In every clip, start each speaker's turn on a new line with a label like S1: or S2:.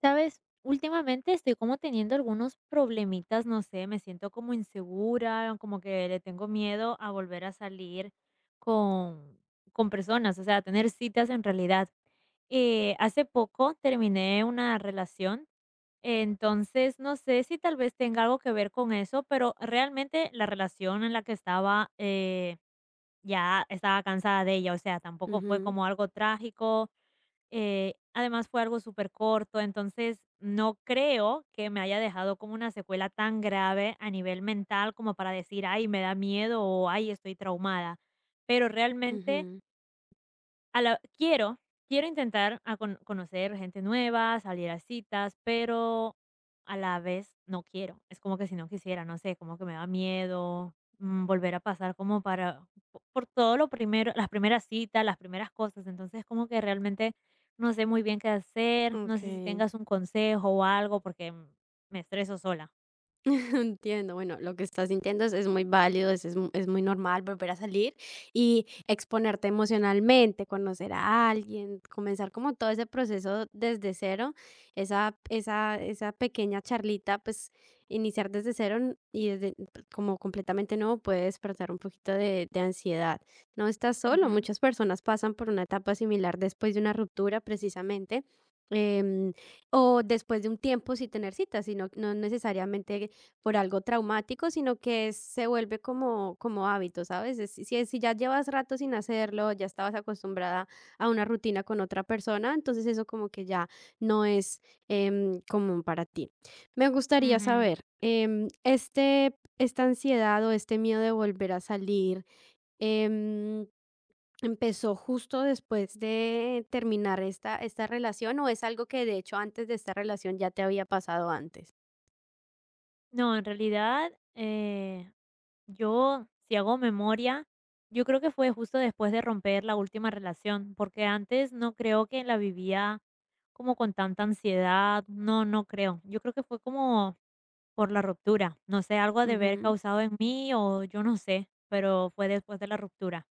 S1: Sabes, últimamente estoy como teniendo algunos problemitas, no sé, me siento como insegura, como que le tengo miedo a volver a salir con, con personas, o sea, a tener citas en realidad. Hace poco terminé una relación, entonces no sé si tal vez tenga algo que ver con eso, pero realmente la relación en la que estaba ya estaba cansada de ella, o sea, tampoco fue
S2: Ujú,
S1: como algo trágico. Además fue algo súper corto, entonces no creo que me haya dejado como una secuela tan grave a nivel mental como para decir: "Ay, me da miedo" o "Ay, estoy traumada". Pero realmente
S2: ujú.
S1: a la quiero, quiero intentar a con conocer gente nueva, salir a citas, pero a la vez no quiero. Es como que si no quisiera, no sé, como que me da miedo, volver a pasar como para po por todo lo primero, las primeras citas, las primeras cosas. Entonces, como que realmente no sé muy bien qué hacer, no sé si
S2: Okey.
S1: tengas un consejo o algo porque me estreso sola.
S2: Entiendo, bueno, lo que estás sintiendo es muy válido, es muy normal volver a salir y exponerte emocionalmente, conocer a alguien, comenzar como todo ese proceso desde cero, esa pequeña charlita, pues iniciar desde cero como completamente nuevo puede despertar un poquito de ansiedad. No estás solo,
S1: Ujú,
S2: muchas personas pasan por una etapa similar después de una ruptura precisamente. em, o después de un tiempo sin tener citas, sino no necesariamente por algo traumático, sino que se vuelve como, como hábito, ¿sabes? Si ya llevas rato sin hacerlo, ya estabas acostumbrada a una rutina con otra persona, entonces eso como que ya no es común para ti. Me gustaría
S1: ujú.
S2: saber, este, esta ansiedad o este miedo de volver a salir, em, ¿empezó justo después de terminar esta relación o es algo que de hecho antes de esta relación ya te había pasado antes?
S1: No, en realidad, yo, si hago memoria, yo creo que fue justo después de romper la última relación, porque antes no creo que la vivía como con tanta ansiedad, no, no creo. Yo creo que fue como por la ruptura, no sé, algo ha de haber causado en mí o yo no sé, pero fue después de la ruptura.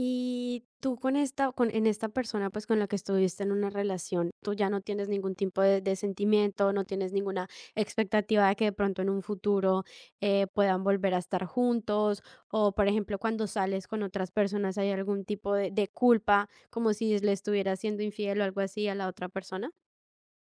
S2: Y tú con esta con en esta persona, pues, con la que estuviste en una relación, tú ya no tienes ningún tipo de sentimiento, no tienes ninguna expectativa de que de pronto en un futuro, puedan volver a estar juntos, o, por ejemplo, cuando sales con otras personas, ¿hay algún tipo de culpa, como si le estuviera siendo infiel o algo así a la otra persona?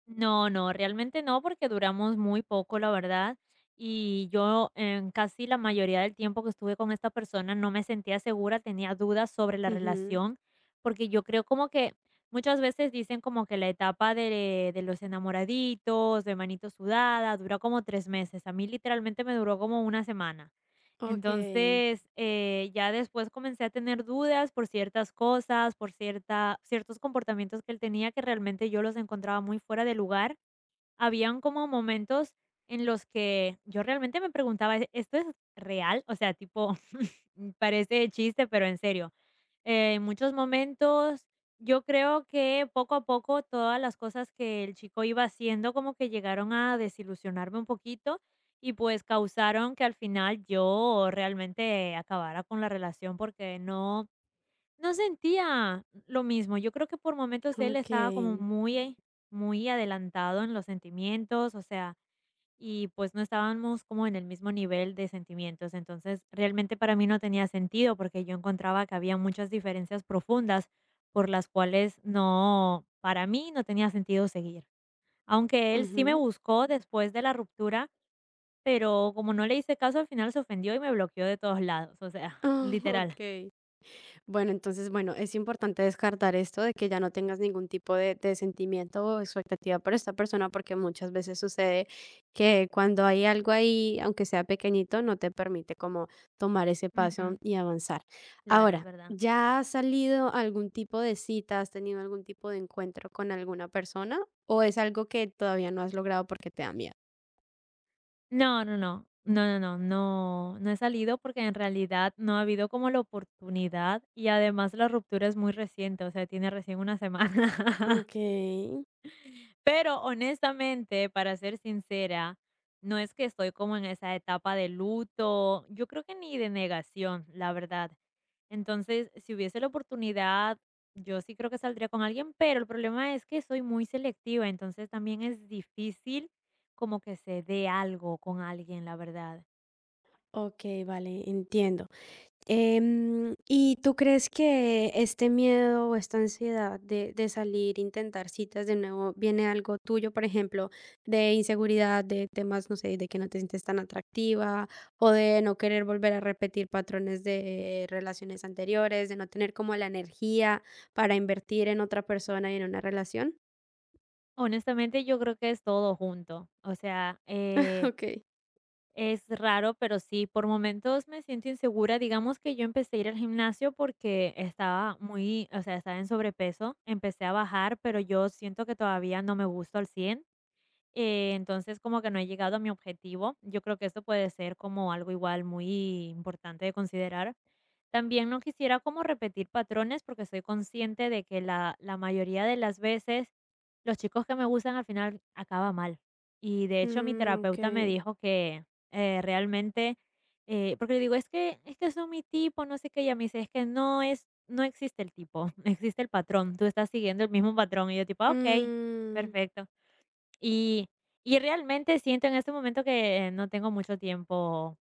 S1: No, no, realmente no, porque duramos muy poco, la verdad. Y yo en casi la mayoría del tiempo que estuve con esta persona no me sentía segura, tenía dudas sobre la
S2: Ujú.
S1: relación, porque yo creo como que muchas veces dicen como que la etapa de los enamoraditos, de manito sudada, dura como 3 meses. A mí literalmente me duró como una semana.
S2: Okey,
S1: Entonces, ya después comencé a tener dudas por ciertas cosas, por cierta ciertos comportamientos que él tenía que realmente yo los encontraba muy fuera de lugar. Habían como momentos en los que yo realmente me preguntaba: "¿Esto es real?". O sea, tipo. Parece de chiste, pero en serio. En muchos momentos yo creo que poco a poco todas las cosas que el chico iba haciendo como que llegaron a desilusionarme un poquito y pues causaron que al final yo realmente acabara con la relación porque no, no sentía lo mismo. Yo creo que por momentos él estaba como
S2: okey.
S1: muy adelantado en los sentimientos, o sea, y pues no estábamos como en el mismo nivel de sentimientos. Entonces, realmente para mí no tenía sentido porque yo encontraba que había muchas diferencias profundas por las cuales no, para mí no tenía sentido seguir. Aunque él sí me
S2: Ujú.
S1: buscó después de la ruptura, pero como no le hice caso, al final se ofendió y me bloqueó de todos lados. O sea, literal.
S2: Okey. Bueno, entonces, bueno, es importante descartar esto de que ya no tengas ningún tipo de sentimiento o expectativa por esta persona, porque muchas veces sucede que cuando hay algo ahí, aunque sea pequeñito, no te permite como tomar ese paso
S1: Ujú.
S2: y avanzar.
S1: Claro, es
S2: Ahora,
S1: verdad.
S2: ¿ya has salido a algún tipo de cita, has tenido algún tipo de encuentro con alguna persona o es algo que todavía no has logrado porque te da miedo?
S1: No, no, no. No, no, no, no, no he salido porque en realidad no ha habido como la oportunidad y además la ruptura es muy reciente, o sea, tiene recién una semana.
S2: Ok,
S1: Pero honestamente, para ser sincera, no es que estoy como en esa etapa de luto, yo creo que ni de negación, la verdad. Entonces, si hubiese la oportunidad, yo sí creo que saldría con alguien, pero el problema es que soy muy selectiva, entonces también es difícil como que se dé algo con alguien, la verdad.
S2: ok, vale, entiendo. ¿Y tú crees que este miedo o esta ansiedad de salir, intentar citas de nuevo, viene algo tuyo, por ejemplo, de inseguridad, de temas, no sé, de que no te sientes tan atractiva o de no querer volver a repetir patrones de relaciones anteriores, de no tener como la energía para invertir en otra persona y en una relación?
S1: Honestamente, yo creo que es todo junto. O sea,
S2: Ok.
S1: es raro, pero sí, por momentos me siento insegura. Digamos que yo empecé a ir al gimnasio porque estaba muy, o sea, estaba en sobrepeso. Empecé a bajar, pero yo siento que todavía no me gusto al 100. Entonces, como que no he llegado a mi objetivo. Yo creo que esto puede ser como algo igual muy importante de considerar. También no quisiera como repetir patrones porque soy consciente de que la mayoría de las veces los chicos que me gustan al final acaba mal. Y de hecho mi
S2: Mm,
S1: terapeuta me
S2: okay.
S1: dijo que realmente, porque le digo, es que son mi tipo, no sé qué, y ella me dice, es que no es, no existe el tipo, existe el patrón, tú estás siguiendo el mismo patrón. Y yo tipo, "Ah, ok,
S2: Mm,
S1: perfecto". Y y realmente siento en este momento que no tengo mucho tiempo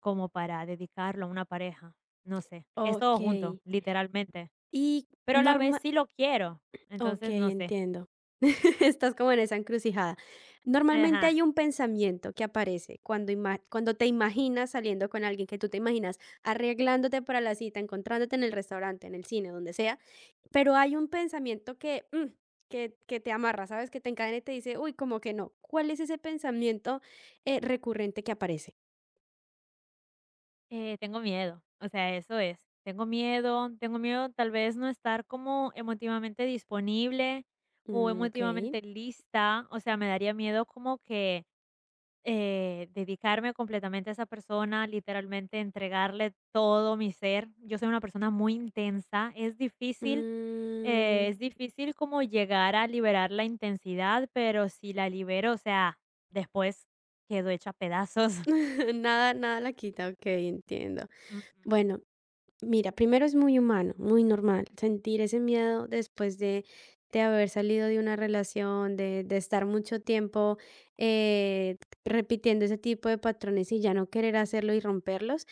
S1: como para dedicarlo a una pareja, no sé, es todo
S2: ok.
S1: junto, literalmente,
S2: Y
S1: pero a la vez
S2: norma.
S1: sí lo quiero, entonces
S2: Okay,
S1: no sé,
S2: entiendo. Estás como en esa encrucijada. Normalmente hay
S1: ajá,
S2: un pensamiento que aparece cuando, cuando te imaginas saliendo con alguien, que tú te imaginas arreglándote para la cita, encontrándote en el restaurante, en el cine, donde sea, pero hay un pensamiento que te amarra, ¿sabes? Que te encadena y te dice, uy, como que no. ¿Cuál es ese pensamiento recurrente que aparece?
S1: tengo miedo, o sea, eso es, tengo miedo tal vez no estar como emotivamente disponible o
S2: Mm, ok.
S1: emotivamente lista, o sea, me daría miedo como que. Dedicarme completamente a esa persona, literalmente entregarle todo mi ser. Yo soy una persona muy intensa,
S2: Mm,
S1: es difícil como llegar a liberar la intensidad, pero si la libero, o sea, después quedo hecha pedazos.
S2: nada, nada la quita, ok, entiendo.
S1: Mm,
S2: Bueno, mira, primero es muy humano, muy normal sentir ese miedo después de haber salido de una relación, de estar mucho tiempo eh, repitiendo ese tipo de patrones y ya no querer hacerlo y romperlos.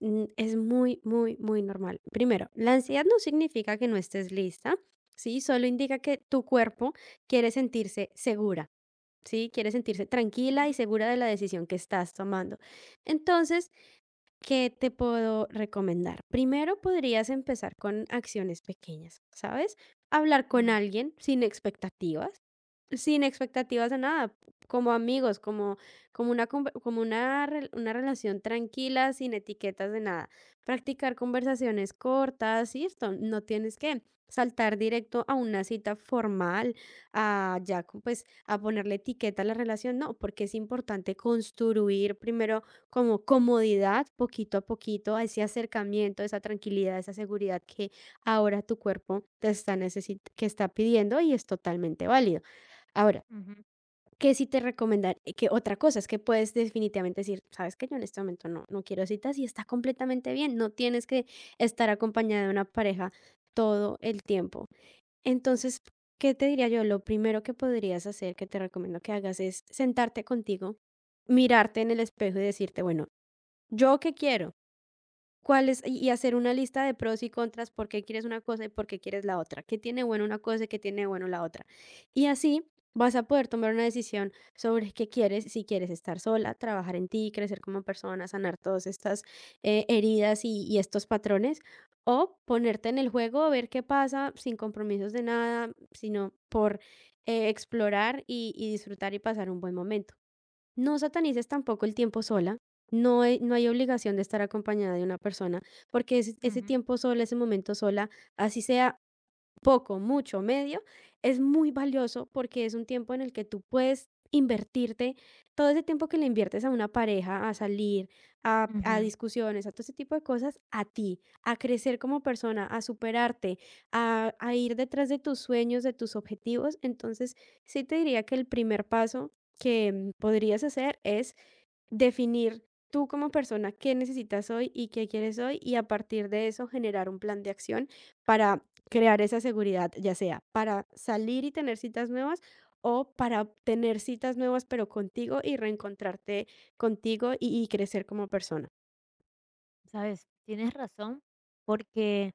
S2: Es muy, muy, muy normal. Primero, la ansiedad no significa que no estés lista, ¿sí? Solo indica que tu cuerpo quiere sentirse segura, ¿sí? Quiere sentirse tranquila y
S1: mm,
S2: segura de la decisión que estás tomando. Entonces, ¿qué te puedo recomendar? Primero podrías empezar con acciones pequeñas, ¿sabes? Hablar con
S1: ujú,
S2: alguien sin expectativas, sin expectativas de nada, como amigos, como como una conver como una rel una relación tranquila, sin etiquetas de nada. Practicar conversaciones cortas y esto, no tienes que saltar directo a una cita formal, a ya co pues, a ponerle etiqueta a la relación, no, porque es importante construir primero como comodidad, poquito a poquito, a ese acercamiento, esa tranquilidad, esa seguridad que ahora tu cuerpo te está necesit que está pidiendo y es totalmente válido. Ahora,
S1: mm, ujú,
S2: ¿qué sí te recomendar que otra cosa es que puedes definitivamente decir: "¿Sabes que yo en este momento no quiero citas?", y está completamente bien, no tienes que estar acompañada de una pareja todo el tiempo. Entonces, ¿qué te diría yo? Lo primero que podrías hacer, que te recomiendo que hagas, es sentarte contigo, mirarte en el espejo y decirte: "Bueno, ¿yo qué quiero? ¿Cuáles?". Y hacer una lista de pros y contras, por qué quieres una cosa y por qué quieres la otra, qué tiene bueno una cosa y qué tiene bueno la otra. Y así vas a poder tomar una decisión sobre qué quieres, si quieres estar sola, trabajar en ti, crecer como persona, sanar todas estas heridas y estos patrones, o ponerte en el juego, ver qué pasa sin compromisos de nada, sino por explorar y disfrutar y pasar un buen momento. No satanices tampoco el tiempo sola, no hay obligación de estar acompañada de una persona, porque ese
S1: ujú,
S2: tiempo sola, ese momento sola, así sea poco, mucho, medio, es muy valioso porque es un tiempo en el que tú puedes invertirte, todo ese tiempo que le inviertes a una pareja, a salir, a
S1: ujú.
S2: discusiones, a todo ese tipo de cosas, a ti, a crecer como persona, a superarte, a ir detrás de tus sueños, de tus objetivos. Entonces, sí te diría que el primer paso que podrías hacer es definir tú como persona qué necesitas hoy y qué quieres hoy y a partir de eso generar un plan de acción para crear esa seguridad, ya sea para salir y tener citas nuevas o para tener citas nuevas pero contigo y reencontrarte contigo y crecer como persona.
S1: Sabes, tienes razón, porque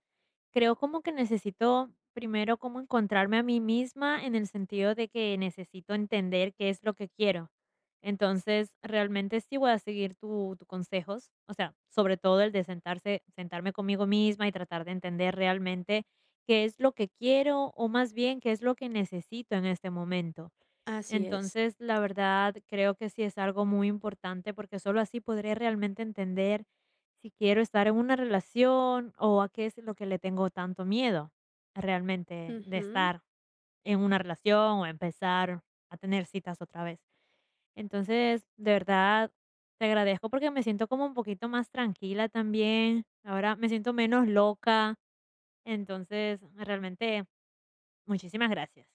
S1: creo como que necesito primero como encontrarme a mí misma en el sentido de que necesito entender qué es lo que quiero. Entonces, realmente sí voy a seguir tus consejos, o sea, sobre todo el de sentarse, sentarme conmigo misma y tratar de entender realmente qué es lo que quiero o más bien qué es lo que necesito en este momento.
S2: Así es.
S1: Entonces, la verdad, creo que sí es algo muy importante porque solo así podré realmente entender si quiero estar en una relación o a qué es lo que le tengo tanto miedo realmente de
S2: Ujú.
S1: estar en una relación o empezar a tener citas otra vez. Entonces, de verdad, te agradezco porque me siento como un poquito más tranquila también. Ahora me siento menos loca. Entonces, realmente, muchísimas gracias.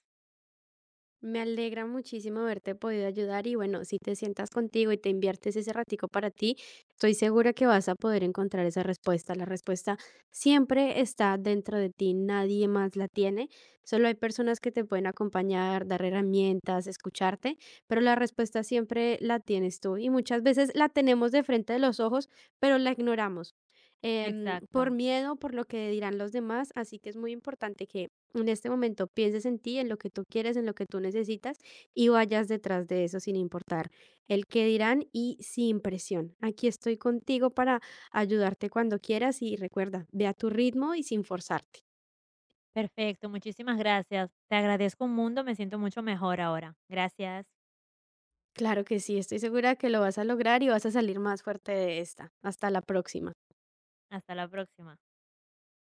S2: Me alegra muchísimo haberte podido ayudar y bueno, si te sientas contigo y te inviertes ese ratico para ti, estoy segura que vas a poder encontrar esa respuesta. La respuesta siempre está dentro de ti, nadie más la tiene. Solo hay personas que te pueden acompañar, dar herramientas, escucharte, pero la respuesta siempre la tienes tú y muchas veces la tenemos de frente de los ojos, pero la ignoramos. Por
S1: Exacto.
S2: miedo, por lo que dirán los demás, así que es muy importante que en este momento pienses en ti, en lo que tú quieres, en lo que tú necesitas y vayas detrás de eso sin importar el qué dirán y sin presión. Aquí estoy contigo para ayudarte cuando quieras y recuerda, ve a tu ritmo y sin forzarte.
S1: Perfecto, muchísimas gracias. Te agradezco un mundo, me siento mucho mejor ahora. Gracias.
S2: Claro que sí, estoy segura que lo vas a lograr y vas a salir más fuerte de esta. Hasta la próxima.
S1: Hasta la próxima.